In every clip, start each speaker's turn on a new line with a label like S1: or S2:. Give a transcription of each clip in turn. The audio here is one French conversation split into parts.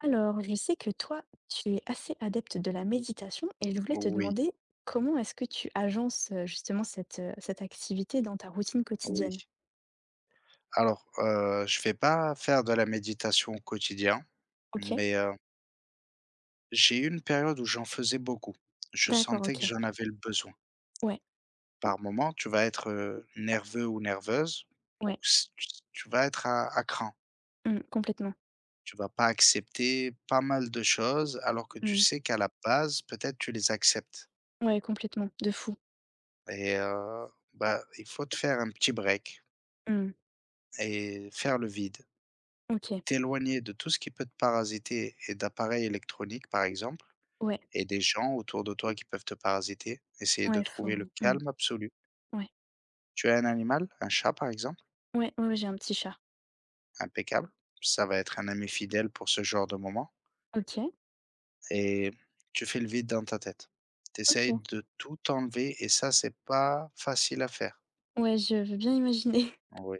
S1: Alors, je sais que toi, tu es assez adepte de la méditation et je voulais te
S2: Oui,
S1: demander comment est-ce que tu agences justement cette activité dans ta routine
S2: oui.
S1: quotidienne?
S2: Alors, je vais pas faire de la méditation au quotidien,
S1: Ok,
S2: mais, j'ai eu une période où j'en faisais beaucoup. Je
S1: d'accord,
S2: sentais que
S1: ok.
S2: j'en avais le besoin.
S1: Ouais,
S2: Par moment, tu vas être, nerveux ou nerveuse, donc
S1: ouais,
S2: s tu tu vas être à cran.
S1: mm, complètement.
S2: Tu vas pas accepter pas mal de choses alors que tu
S1: Mm.
S2: sais qu'à la base, peut-être tu les acceptes
S1: Ouais, complètement, de fou.
S2: et bah, il faut te faire un petit break
S1: Mm,
S2: et faire le vide.
S1: ok,
S2: T'éloigner de tout ce qui peut te parasiter et d'appareils électroniques, par exemple,
S1: ouais,
S2: et des gens autour de toi qui peuvent te parasiter. Essayer de
S1: ouais,
S2: trouver le
S1: faut. Mm,
S2: calme absolu.
S1: ouais,
S2: Tu as un animal, un chat par exemple,
S1: ouais, ouais, ouais, j'ai un petit chat.
S2: impeccable. Ça va être un ami fidèle pour ce genre de moment.
S1: Ok,
S2: Et tu fais le vide dans ta tête. Tu
S1: ok.
S2: essayes de tout enlever et ça, c'est pas facile à faire.
S1: Ouais, je veux bien imaginer.
S2: Oui.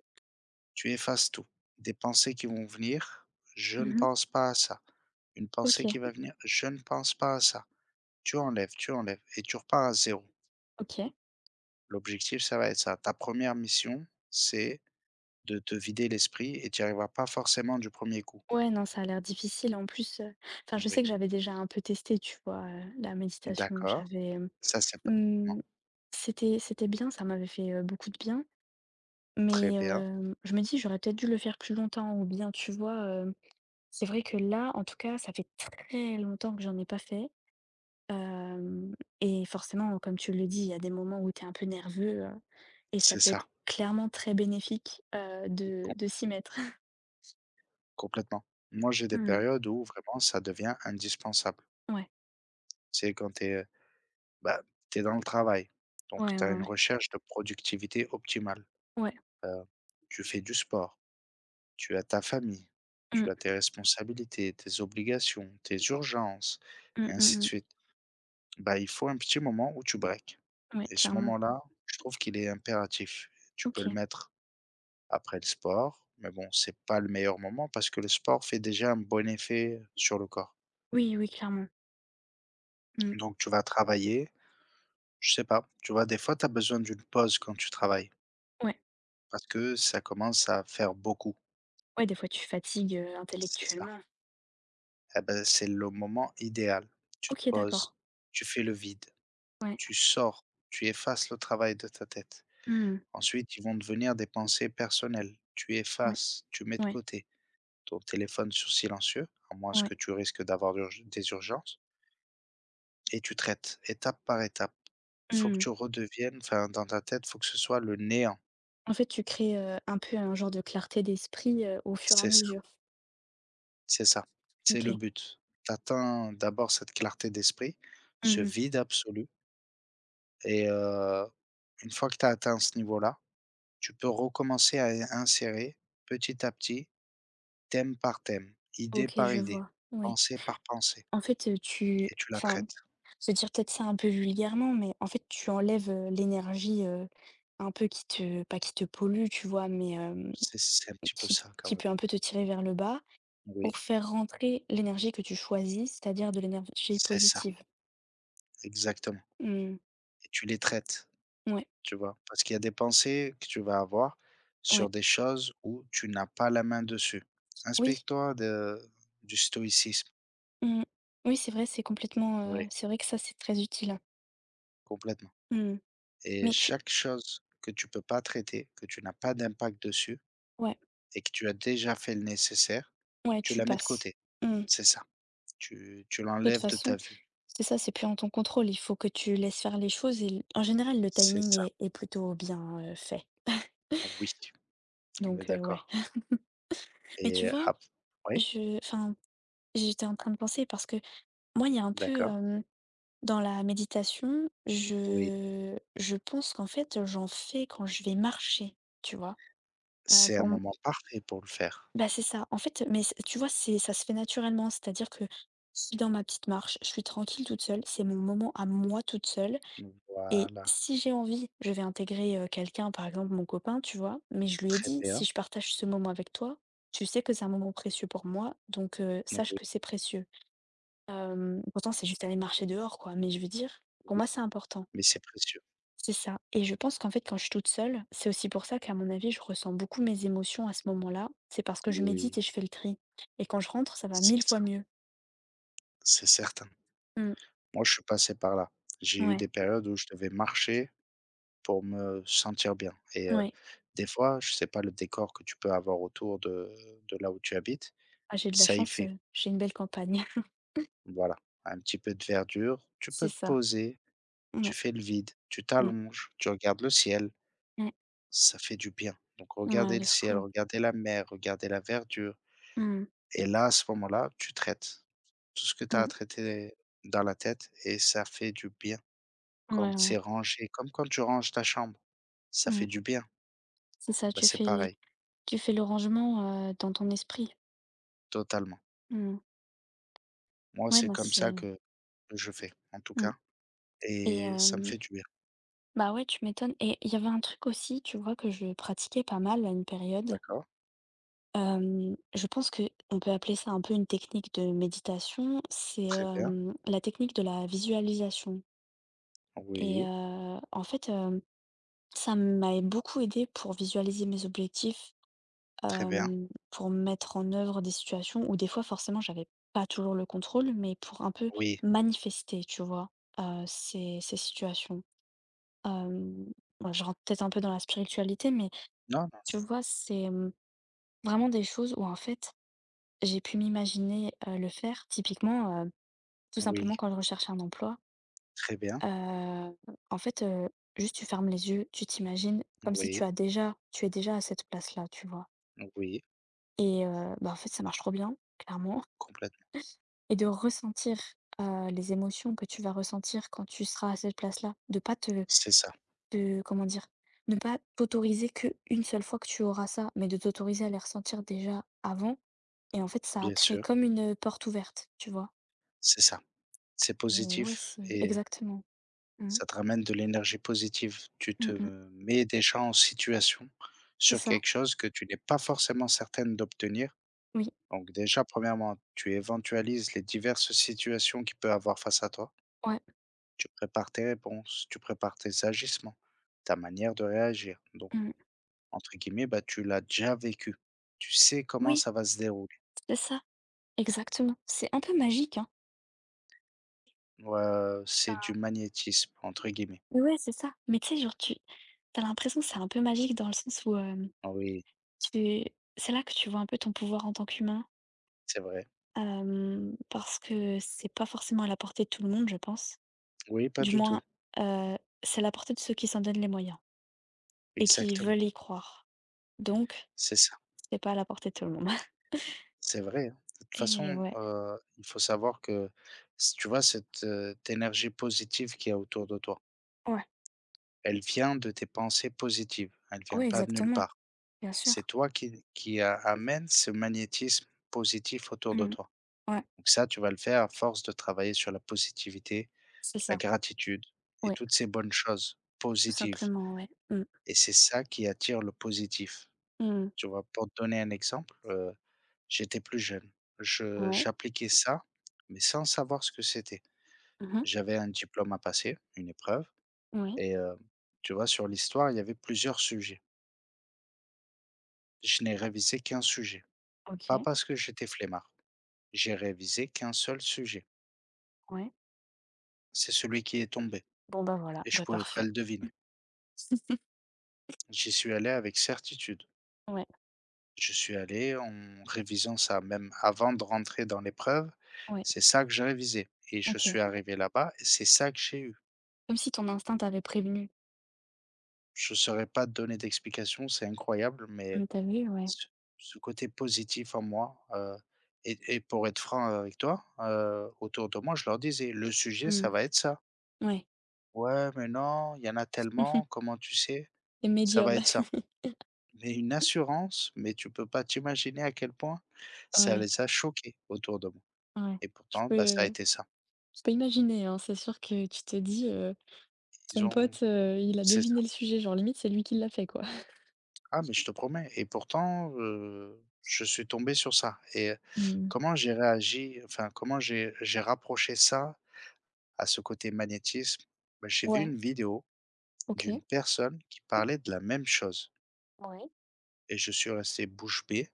S2: Tu effaces tout. Des pensées qui vont venir, je ne
S1: Mhm,
S2: pense pas à ça. Une
S1: ok,
S2: pensée qui va venir, je ne pense pas à ça. Tu enlèves et tu repars à zéro.
S1: ok.
S2: L'objectif, ça va être ça. Ta première mission, c'est de te vider l'esprit et tu y arriveras pas forcément du premier coup.
S1: Ouais, non, ça a l'air difficile. En plus, enfin, je sais
S2: Oui,
S1: que j'avais déjà un peu testé, tu vois, la méditation.
S2: d'accord.
S1: J'avais, hem,
S2: Ça, c'est passe comment?
S1: mmh, c'était c'était bien, ça m'avait fait, beaucoup de bien,
S2: Très
S1: mais
S2: bien.
S1: je me dis: «J'aurais peut-être dû le faire plus longtemps» ou bien, tu vois, c'est vrai que là, en tout cas, ça fait très longtemps que j'en ai pas fait, hem et forcément, comme tu le dis, il y a des moments où tu es un peu nerveux, et ça
S2: C'est
S1: peut être
S2: ça,
S1: clairement très bénéfique, de
S2: com
S1: de s'y mettre.
S2: complètement. Moi, j'ai des
S1: Mmh.
S2: périodes où vraiment ça devient indispensable.
S1: Ouais.
S2: C'est quand tu es, bah, tu dans le travail, donc
S1: Ouais, ouais,
S2: tu as une
S1: ouais.
S2: recherche de productivité optimale.
S1: Ouais.
S2: Heu, tu fais du sport, tu as ta famille, tu
S1: Mmh.
S2: as tes responsabilités, tes obligations, tes urgences
S1: Mmh,
S2: et
S1: mmh
S2: ainsi de
S1: mh.
S2: suite. Bah, il faut un petit moment où tu breaks
S1: Ouais,
S2: et ce
S1: clairement.
S2: moment-là, je trouve qu'il est impératif. Tu peux le
S1: OK.
S2: mettre après le sport, mais bon, c'est pas le meilleur moment parce que le sport fait déjà un bon effet sur le corps.
S1: Oui, oui, clairement. Mmh.
S2: Donc tu vas travailler, je sais pas, tu vois, des fois, tu as besoin d'une pause quand tu travailles
S1: Ouais.
S2: parce que ça commence à faire beaucoup,
S1: Ouais, des fois, tu fatigues,
S2: c'est ça.
S1: intellectuellement.
S2: Eh ben, c'est le moment idéal. Tu te
S1: OK,
S2: poses,
S1: d'accord.
S2: tu fais le vide,
S1: Ouais.
S2: tu sors, tu effaces le travail de ta tête.
S1: Mmh.
S2: Ensuite, ils vont devenir des pensées personnelles. Tu
S1: Ouais,
S2: effaces, tu mets de
S1: ouais,
S2: côté ton téléphone sur silencieux, à moins
S1: ouais.
S2: que tu risques d'avoir des urgences, et tu traites étape par étape. Faut que
S1: Mmh.
S2: tu redeviennes, enfin, dans ta tête, faut que ce soit le néant.
S1: En fait, tu crées, un peu un genre de clarté d'esprit, au fur et à
S2: C'est ça,
S1: mesure.
S2: c'est ça. C'est le
S1: OK.
S2: but. T'atteins d'abord cette clarté d'esprit, ce
S1: Mmh.
S2: vide absolu, et une fois que tu as atteint ce niveau-là, tu peux recommencer à insérer petit à petit, thème par thème, idée
S1: OK,
S2: par
S1: je
S2: idée,
S1: vois. Ouais.
S2: pensée par pensée.
S1: En fait, tu
S2: Et tu la
S1: enfin,
S2: traites.
S1: je veux dire peut-être ça un peu vulgairement, mais en fait, tu enlèves, l'énergie, un peu qui te pas qui te pollue, tu vois? Mais,
S2: C'est un petit peu
S1: qui
S2: ça quand
S1: qui
S2: même.
S1: peut un peu te tirer vers le bas.
S2: Oui,
S1: Pour faire rentrer l'énergie que tu choisis, c'est-à-dire de l'énergie
S2: c'est ça,
S1: positive.
S2: exactement,
S1: Mmh.
S2: et tu les traites,
S1: Ouais,
S2: tu vois? Parce qu'il y a des pensées que tu vas avoir
S1: ouais.
S2: sur des choses où tu n'as pas la main dessus.
S1: Oui,
S2: Inspecte toi de du stoïcisme.
S1: mmh. Oui, c'est vrai, c'est complètement,
S2: Oui,
S1: c'est vrai que ça, c'est très utile, hein.
S2: complètement,
S1: Mmh.
S2: et
S1: Mais tu
S2: chaque chose que tu peux pas traiter, que tu n'as pas d'impact dessus
S1: ouais,
S2: et que tu as déjà fait le nécessaire,
S1: ouais,
S2: tu
S1: tu
S2: la mets de
S1: passes.
S2: côté.
S1: Mmh.
S2: C'est ça. Tu
S1: De toute
S2: l'enlèves de
S1: façon,
S2: ta vue.
S1: c'est ça, c'est plus en ton contrôle. Il faut que tu laisses faire les choses et l en général, le
S2: C'est
S1: timing
S2: ça,
S1: est plutôt bien, fait.
S2: oui, on est
S1: Donc ouais.
S2: d'accord
S1: Mais tu
S2: et
S1: vois,
S2: ap oui,
S1: je enfin, j'étais en train de penser parce que moi, il y a un peu,
S2: d'accord.
S1: dans la méditation,
S2: Oui,
S1: je pense qu'en fait, j'en fais quand je vais marcher, tu vois?
S2: c'est un
S1: Pour m
S2: moment parfait pour le faire.
S1: bah, c'est ça. En fait, mais c tu vois, c'est, ça se fait naturellement, c'est-à-dire que je suis dans ma petite marche, je suis tranquille toute seule, c'est mon moment à moi toute seule et
S2: Voilà,
S1: si j'ai envie, je vais intégrer, quelqu'un, par exemple mon copain, tu vois? Mais je lui ai
S2: très
S1: dit: «Si
S2: bien.
S1: je partage ce moment avec toi, tu sais que c'est un moment précieux pour moi, donc sache
S2: Oui,
S1: que c'est précieux». Pourtant, c'est juste aller marcher dehors quoi, mais je veux dire, pour moi c'est important.
S2: mais c'est précieux.
S1: C'est ça et je pense qu'en fait, quand je suis toute seule, c'est aussi pour ça qu'à mon avis, je ressens beaucoup mes émotions à ce moment-là. C'est parce que je médite
S2: Oui,
S1: et je fais le tri et quand je rentre, ça va
S2: c'est
S1: mille
S2: ça,
S1: fois mieux.
S2: c'est certain.
S1: Mmh,
S2: Moi, je suis passé par là. J'ai eu
S1: ouais,
S2: des périodes où je devais marcher pour me sentir bien et
S1: ouais.
S2: des fois, je sais pas le décor que tu peux avoir autour de là où tu habites,
S1: Ah, j'ai de la
S2: ça y
S1: chance,
S2: fait.
S1: j'ai une belle campagne.
S2: Voilà, un petit peu de verdure, tu
S1: C'est
S2: peux te
S1: ça.
S2: poser, tu
S1: Ouais,
S2: fais le vide, tu
S1: mmh,
S2: t'allonges, tu regardes le ciel,
S1: ouais,
S2: ça fait du bien. Donc
S1: ouais,
S2: regardez le
S1: de
S2: ciel,
S1: fou.
S2: regardez la mer, regardez la verdure.
S1: Mmh,
S2: Et là, à ce moment-là, tu traites tout ce que tu as à
S1: mmh,
S2: traiter dans la tête, et ça fait du bien quand
S1: ouais,
S2: c'est
S1: ouais,
S2: rangé, comme quand tu ranges ta chambre, ça fait
S1: mmh.
S2: du bien.
S1: C'est ça,
S2: Bah,
S1: tu
S2: c'est
S1: fais
S2: pareil,
S1: tu fais le rangement, dans ton esprit.
S2: totalement.
S1: Mmh.
S2: Moi,
S1: Ouais,
S2: c'est
S1: non,
S2: comme
S1: c'est
S2: ça que je fais, en tout
S1: mmh.
S2: cas,
S1: Et
S2: et ça me fait du bien.
S1: bah, ouais, tu m'étonnes et il y avait un truc aussi, tu vois, que je pratiquais pas mal à une période.
S2: D'accord,
S1: Je pense que on peut appeler ça un peu une technique de méditation. C'est,
S2: très bien,
S1: la technique de la visualisation et
S2: oui,
S1: en fait, ça m'a beaucoup aidée pour visualiser mes objectifs,
S2: très bien,
S1: pour mettre en œuvre des situations où des fois forcément j'avais pas toujours le contrôle, mais pour un peu
S2: oui,
S1: manifester, tu vois? Ces situations. Hem, bon, je rentre peut-être un peu dans la spiritualité, mais
S2: non,
S1: tu
S2: non,
S1: vois, c'est, vraiment des choses où, en fait, j'ai pu m'imaginer, le faire typiquement, tout
S2: oui,
S1: simplement quand je recherche un emploi,
S2: très bien,
S1: heu, en fait, juste tu fermes les yeux, tu t'imagines comme si
S2: oui,
S1: tu es déjà à cette place-là, tu vois?
S2: oui,
S1: Et bah, en fait, ça marche trop bien, clairement,
S2: complètement.
S1: et de ressentir, les émotions que tu vas ressentir quand tu seras à cette place-là, de pas te
S2: C'est ça,
S1: te comment dire? Ne pas t'autoriser que une seule fois que tu auras ça, mais de t'autoriser à les ressentir déjà avant et en fait, ça
S2: bien
S1: crée
S2: sûr,
S1: comme une porte ouverte, tu vois?
S2: c'est ça. C'est
S1: Mais ouais,
S2: positif
S1: c'est
S2: et
S1: exactement. Mmh.
S2: ça te ramène de l'énergie positive. Tu
S1: Mmh
S2: te
S1: mh.
S2: mets déjà en situation
S1: C'est
S2: sur
S1: ça.
S2: quelque chose que tu n'es pas forcément certaine d'obtenir.
S1: Oui,
S2: Donc déjà, premièrement, tu éventualises les diverses situations qu'il peut avoir face à toi.
S1: ouais.
S2: Tu prépares tes réponses, tu prépares tes agissements, ta manière de réagir. Donc,
S1: Mmh.
S2: entre guillemets, bah, tu l'as déjà vécu. Tu sais comment
S1: Oui,
S2: ça va se dérouler.
S1: c'est ça, exactement. C'est un peu magique, hein.
S2: Ouais, c'est du
S1: Enfin,
S2: magnétisme, entre guillemets.
S1: mais ouais, c'est ça. Mais tu sais, genre, tu as l'impression que c'est un peu magique dans le sens où, hem,
S2: Oui,
S1: tu c'est là que tu vois un peu ton pouvoir en tant qu'humain,
S2: c'est vrai.
S1: parce que c'est pas forcément à la portée de tout le monde, je pense.
S2: Oui, pas
S1: Du
S2: du tout.
S1: moins, heu, c'est à la portée de ceux qui s'en donnent les moyens et qui
S2: Exactement.
S1: veulent y croire. Donc,
S2: C'est ça.
S1: c'est pas à la portée de tout le monde.
S2: C'est vrai, hein. De toute
S1: Et
S2: façon,
S1: ouais.
S2: il faut savoir que s tu vois cette, énergie positive qu'il y a autour de toi,
S1: Ouais,
S2: elle vient de tes pensées positives, elle vient
S1: ouais,
S2: pas de nulle
S1: exactement,
S2: part.
S1: bien sûr.
S2: C'est toi qui a amène ce magnétisme positif autour de
S1: Mmh.
S2: toi.
S1: Ouais,
S2: Donc ça, tu vas le faire à force de travailler sur la positivité,
S1: c'est
S2: la
S1: ça.
S2: gratitude et
S1: Ouais,
S2: toutes ces bonnes choses
S1: tout
S2: positives,
S1: simplement, ouais. Mmh.
S2: et c'est ça qui attire le positif.
S1: Mmh.
S2: Tu vois? Pour te donner un exemple, j'étais plus jeune. Je
S1: Ouais.
S2: j'appliquais ça, mais sans savoir ce que c'était.
S1: Mmh.
S2: J'avais un diplôme à passer, une épreuve,
S1: Oui.
S2: et tu vois, sur l'histoire, il y avait plusieurs sujets. Je n'ai révisé qu'un sujet, pas
S1: OK.
S2: parce que j'étais flemmard. J'ai révisé qu'un seul sujet.
S1: Ouais.
S2: C'est celui qui est tombé
S1: Bon, bah, voilà,
S2: et je
S1: bah,
S2: pouvais pas
S1: parfait.
S2: le deviner. J'y suis allé avec certitude.
S1: Ouais,
S2: Je suis allé en révisant ça même avant de rentrer dans l'épreuve,
S1: ouais,
S2: c'est ça que j'ai révisé et je
S1: OK.
S2: suis arrivé là-bas et c'est ça que j'ai eu.
S1: Comme si ton instinct t'avait prévenu.
S2: Je ne saurais pas te donner d'explication, c'est incroyable,
S1: Mmh,
S2: mais
S1: tu vu? Ouais.
S2: ce ce côté positif en moi, et pour être franc avec toi, autour de moi, je leur disais: «Le sujet, ça
S1: Mmh.
S2: va être ça».
S1: Ouais.
S2: «Ouais, mais non, il y en a tellement, comment tu sais?»
S1: Tu es
S2: «Ça va
S1: médium.
S2: être ça». Mais une assurance, mais tu peux pas t'imaginer à quel point ça
S1: Ouais,
S2: les a choqués autour de moi.
S1: ouais.
S2: Et
S1: Je
S2: pourtant, bah, ça a
S1: peux
S2: été ça.
S1: je peux imaginer, hein. C'est sûr que tu te dis:
S2: Ils
S1: «Son
S2: ont
S1: pote, il a
S2: c'est ça.
S1: deviné le sujet», genre limite c'est lui qui l'a fait, quoi.
S2: Ah, mais je te promets, et pourtant, je suis tombé sur ça, et
S1: Mmh.
S2: comment j'ai réagi, enfin, comment j'ai rapproché ça à ce côté magnétisme? Bah, j'ai vu
S1: Ouais,
S2: une vidéo
S1: OK.
S2: d'une personne qui parlait de la même chose
S1: Ouais,
S2: et je suis resté bouche bée.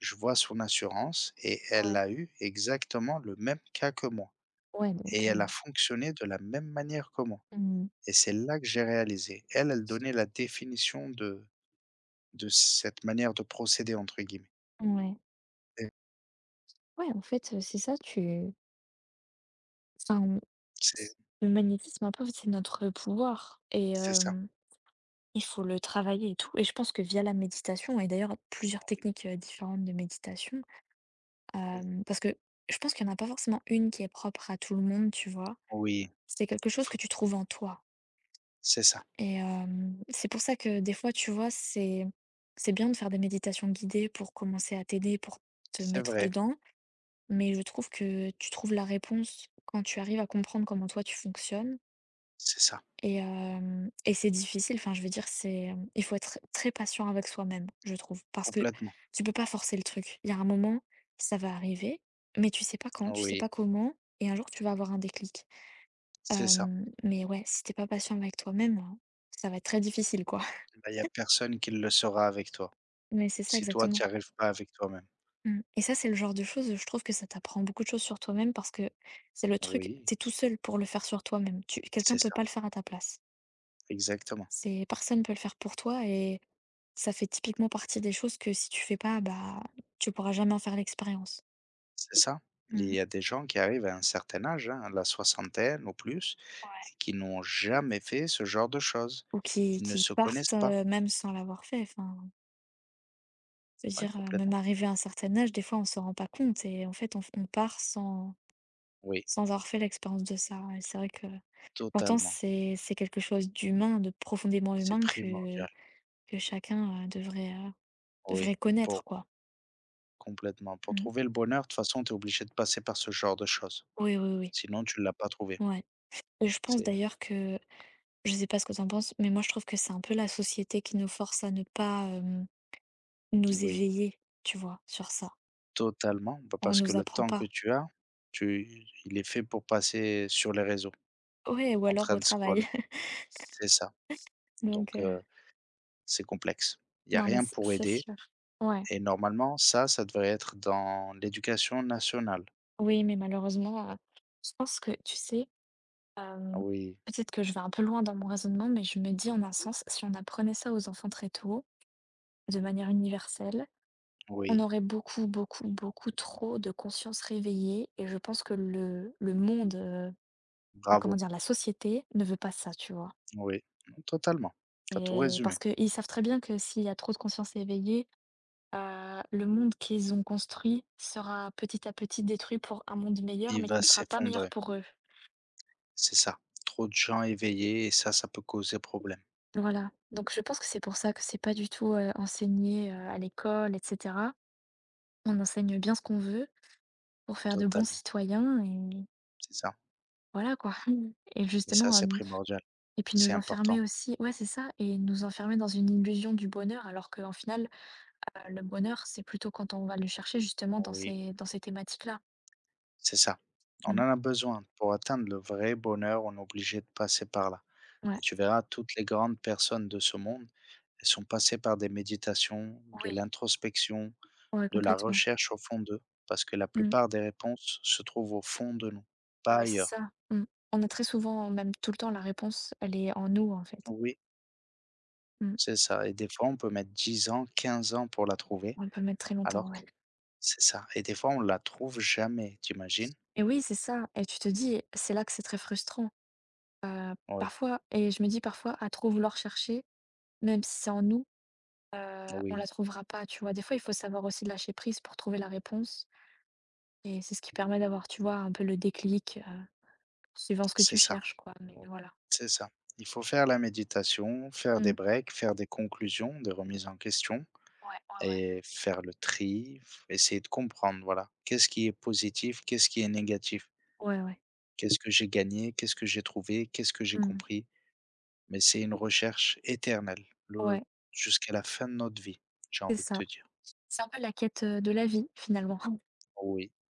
S2: Je vois son assurance et elle
S1: ouais.
S2: a eu exactement le même cas que moi
S1: Ouais, donc
S2: et elle a fonctionné de la même manière que moi,
S1: mmh.
S2: et c'est là que j'ai réalisé. Elle, elle donnait la définition de cette manière de procéder, entre guillemets.
S1: Ouais.
S2: Et
S1: Ouais, en fait, c'est ça, tu enfin, on
S2: c'est
S1: le magnétisme un peu, c'est notre pouvoir et
S2: c'est ça.
S1: il faut le travailler et tout et je pense que via la méditation et d'ailleurs plusieurs techniques, différentes de méditation,
S2: Oui.
S1: parce que je pense qu'il y en a pas forcément une qui est propre à tout le monde, tu vois?
S2: Oui,
S1: C'est quelque
S2: il
S1: chose que
S2: faut
S1: tu trouves en toi
S2: c'est ça.
S1: et hem, c'est pour ça que des fois, tu vois, c'est bien de faire des méditations guidées pour commencer à t'aider, pour te
S2: C'est
S1: mettre
S2: vrai,
S1: dedans. Mais je trouve que tu trouves la réponse quand tu arrives à comprendre comment toi tu fonctionnes
S2: c'est ça,
S1: et, hem et c'est difficile. Enfin, je veux dire, c'est, il faut être très patient avec soi-même, je trouve, parce que
S2: complètement.
S1: tu peux pas forcer le truc. Il y a un moment, ça va arriver, mais tu sais pas quand, tu sais
S2: Oui,
S1: pas comment, et un jour, tu vas avoir un déclic.
S2: c'est ça.
S1: Mais ouais, si t'es pas patient avec toi-même, hein, ça va être très difficile, quoi.
S2: Bah, il y a personne qui le saura avec toi,
S1: Mais c'est ça
S2: si toi tu
S1: exactement.
S2: y arrives pas avec toi-même.
S1: Mmh, et ça, c'est le genre de choses, je trouve que ça t'apprend beaucoup de choses sur toi-même, parce que c'est le truc,
S2: Oui,
S1: t'es tout seul pour le faire sur toi-même. Tu quelqu'un
S2: c'est
S1: peut
S2: ça,
S1: pas le faire à ta place.
S2: exactement,
S1: C'est personne peut le faire pour toi et ça fait typiquement partie des choses que si tu fais pas, bah, tu pourras jamais en faire l'expérience.
S2: c'est ça. Il
S1: Mmh.
S2: y a des gens qui arrivent à un certain âge, hein, à la soixantaine ou plus,
S1: Ouais.
S2: et qui n'ont jamais fait ce genre de choses.
S1: Ou qui
S2: Ils ne
S1: qui
S2: se
S1: partent,
S2: connaissent pas.
S1: même sans l'avoir fait. Enfin, cest à
S2: Ouais,
S1: dire, même
S2: complètement.
S1: arrivé à un certain âge, des fois, on se rend pas compte et en fait, on part sans
S2: Oui,
S1: sans avoir fait l'expérience de ça et c'est vrai que pourtant
S2: totalement.
S1: c'est quelque chose d'humain, de profondément
S2: C'est
S1: humain que
S2: primordial.
S1: Que chacun, devrait
S2: Oui,
S1: connaître
S2: pour
S1: quoi.
S2: complètement. Pour
S1: Mmh.
S2: trouver le bonheur, de toute façon, tu es obligé de passer par ce genre de choses.
S1: Oui, oui, oui.
S2: Sinon, tu ne l'as pas trouvé.
S1: Ouais. Et je pense
S2: C'est
S1: d'ailleurs que, je sais pas ce que tu en penses, mais moi je trouve que c'est un peu la société qui nous force à ne pas, nous
S2: oui,
S1: éveiller, tu vois, sur ça.
S2: totalement. Bah,
S1: On
S2: parce que
S1: nous
S2: le
S1: apprend
S2: temps
S1: pas.
S2: que tu as, tu il est fait pour passer sur les réseaux,
S1: Ouais, ou
S2: en
S1: alors
S2: train
S1: au
S2: de scroll.
S1: travail.
S2: C'est ça.
S1: Donc,
S2: Donc, c'est complexe. Il y a
S1: non, mais
S2: rien pour
S1: c'est
S2: aider
S1: sûr. Ouais.
S2: et normalement, ça devrait être dans l'éducation nationale.
S1: Oui, mais malheureusement, je pense que tu sais, hem,
S2: Oui,
S1: peut-être que je vais un peu loin dans mon raisonnement, mais je me dis en un
S2: oui,
S1: sens, si on apprenait ça aux enfants très tôt, de manière universelle, on
S2: oui,
S1: aurait beaucoup, beaucoup, beaucoup trop de conscience réveillée et je pense que le monde, comment
S2: bravo.
S1: dire? La société ne veut pas ça, tu vois?
S2: Oui, totalement. Tu as tout
S1: Et parce
S2: résumé.
S1: qu'ils savent très bien que s'il y a trop de conscience éveillée, le monde qu'ils ont construit sera petit à petit détruit pour un monde meilleur,
S2: Il
S1: mais qui
S2: va
S1: ne sera pas meilleur
S2: s'effondrer.
S1: pour eux.
S2: C'est ça. Trop de gens éveillés et ça peut causer problème.
S1: Voilà. Donc je pense que c'est pour ça que c'est pas du tout, enseigné, à l'école et cetera. On enseigne bien ce qu'on veut pour faire de bons
S2: Totalement,
S1: citoyens et
S2: c'est ça.
S1: voilà quoi. Et
S2: Et ça,
S1: justement,
S2: c'est primordial.
S1: et puis
S2: C'est
S1: nous enfermer
S2: important,
S1: aussi, ouais, c'est ça, et nous enfermer dans une illusion du bonheur alors qu'en final, le bonheur, c'est plutôt quand on va le chercher justement dans
S2: oui,
S1: ces thématiques-là.
S2: c'est ça. On
S1: Mmh,
S2: en a besoin. Pour atteindre le vrai bonheur, on est obligé de passer par là.
S1: ouais,
S2: Et tu verras, toutes les grandes personnes de ce monde, elles sont passées par des méditations, de
S1: oui,
S2: l'introspection,
S1: ouais,
S2: de la
S1: complètement.
S2: recherche au fond d'eux, parce que la
S1: Mmh.
S2: plupart des réponses se trouvent au fond de nous, pas
S1: Non, mais c'est
S2: ailleurs.
S1: ça. Mmh. On a très souvent, même tout le temps, la réponse, elle est en nous, en fait.
S2: Oui,
S1: Mmh.
S2: c'est ça. Et des fois, on peut mettre 10 ans, 15 ans pour la trouver,
S1: On peut mettre très longtemps,
S2: alors.
S1: ouais.
S2: C'est ça, et des fois on la trouve jamais, tu imagines?
S1: Et oui, c'est ça et tu te dis, c'est là que c'est très frustrant.
S2: Oui,
S1: Parfois, et je me dis parfois, à trop vouloir chercher, même si c'est en nous, on
S2: oui,
S1: la trouvera pas, tu vois? Des fois, il faut savoir aussi lâcher prise pour trouver la réponse. Et c'est ce qui permet d'avoir, tu vois, un peu le déclic, suivant ce que tu
S2: c'est ça,
S1: cherches, quoi, mais voilà.
S2: c'est ça. Il faut faire la méditation, faire des
S1: Mmh.
S2: breaks, faire des conclusions, des remises en question
S1: Ouais, ouais, ouais.
S2: et faire le tri, f essayer de comprendre, voilà. Qu'est-ce qui est positif? Qu'est-ce qui est négatif?
S1: Ouais, ouais.
S2: Qu'est-ce que j'ai gagné? Qu'est-ce que j'ai trouvé? Qu'est-ce que j'ai
S1: Mmh.
S2: compris? Mais c'est une recherche éternelle,
S1: Ouais,
S2: le jusqu'à la fin de notre vie, j'ai
S1: c'est
S2: envie de te
S1: ça.
S2: dire.
S1: C'est un peu la quête, de la vie, finalement.
S2: Oui.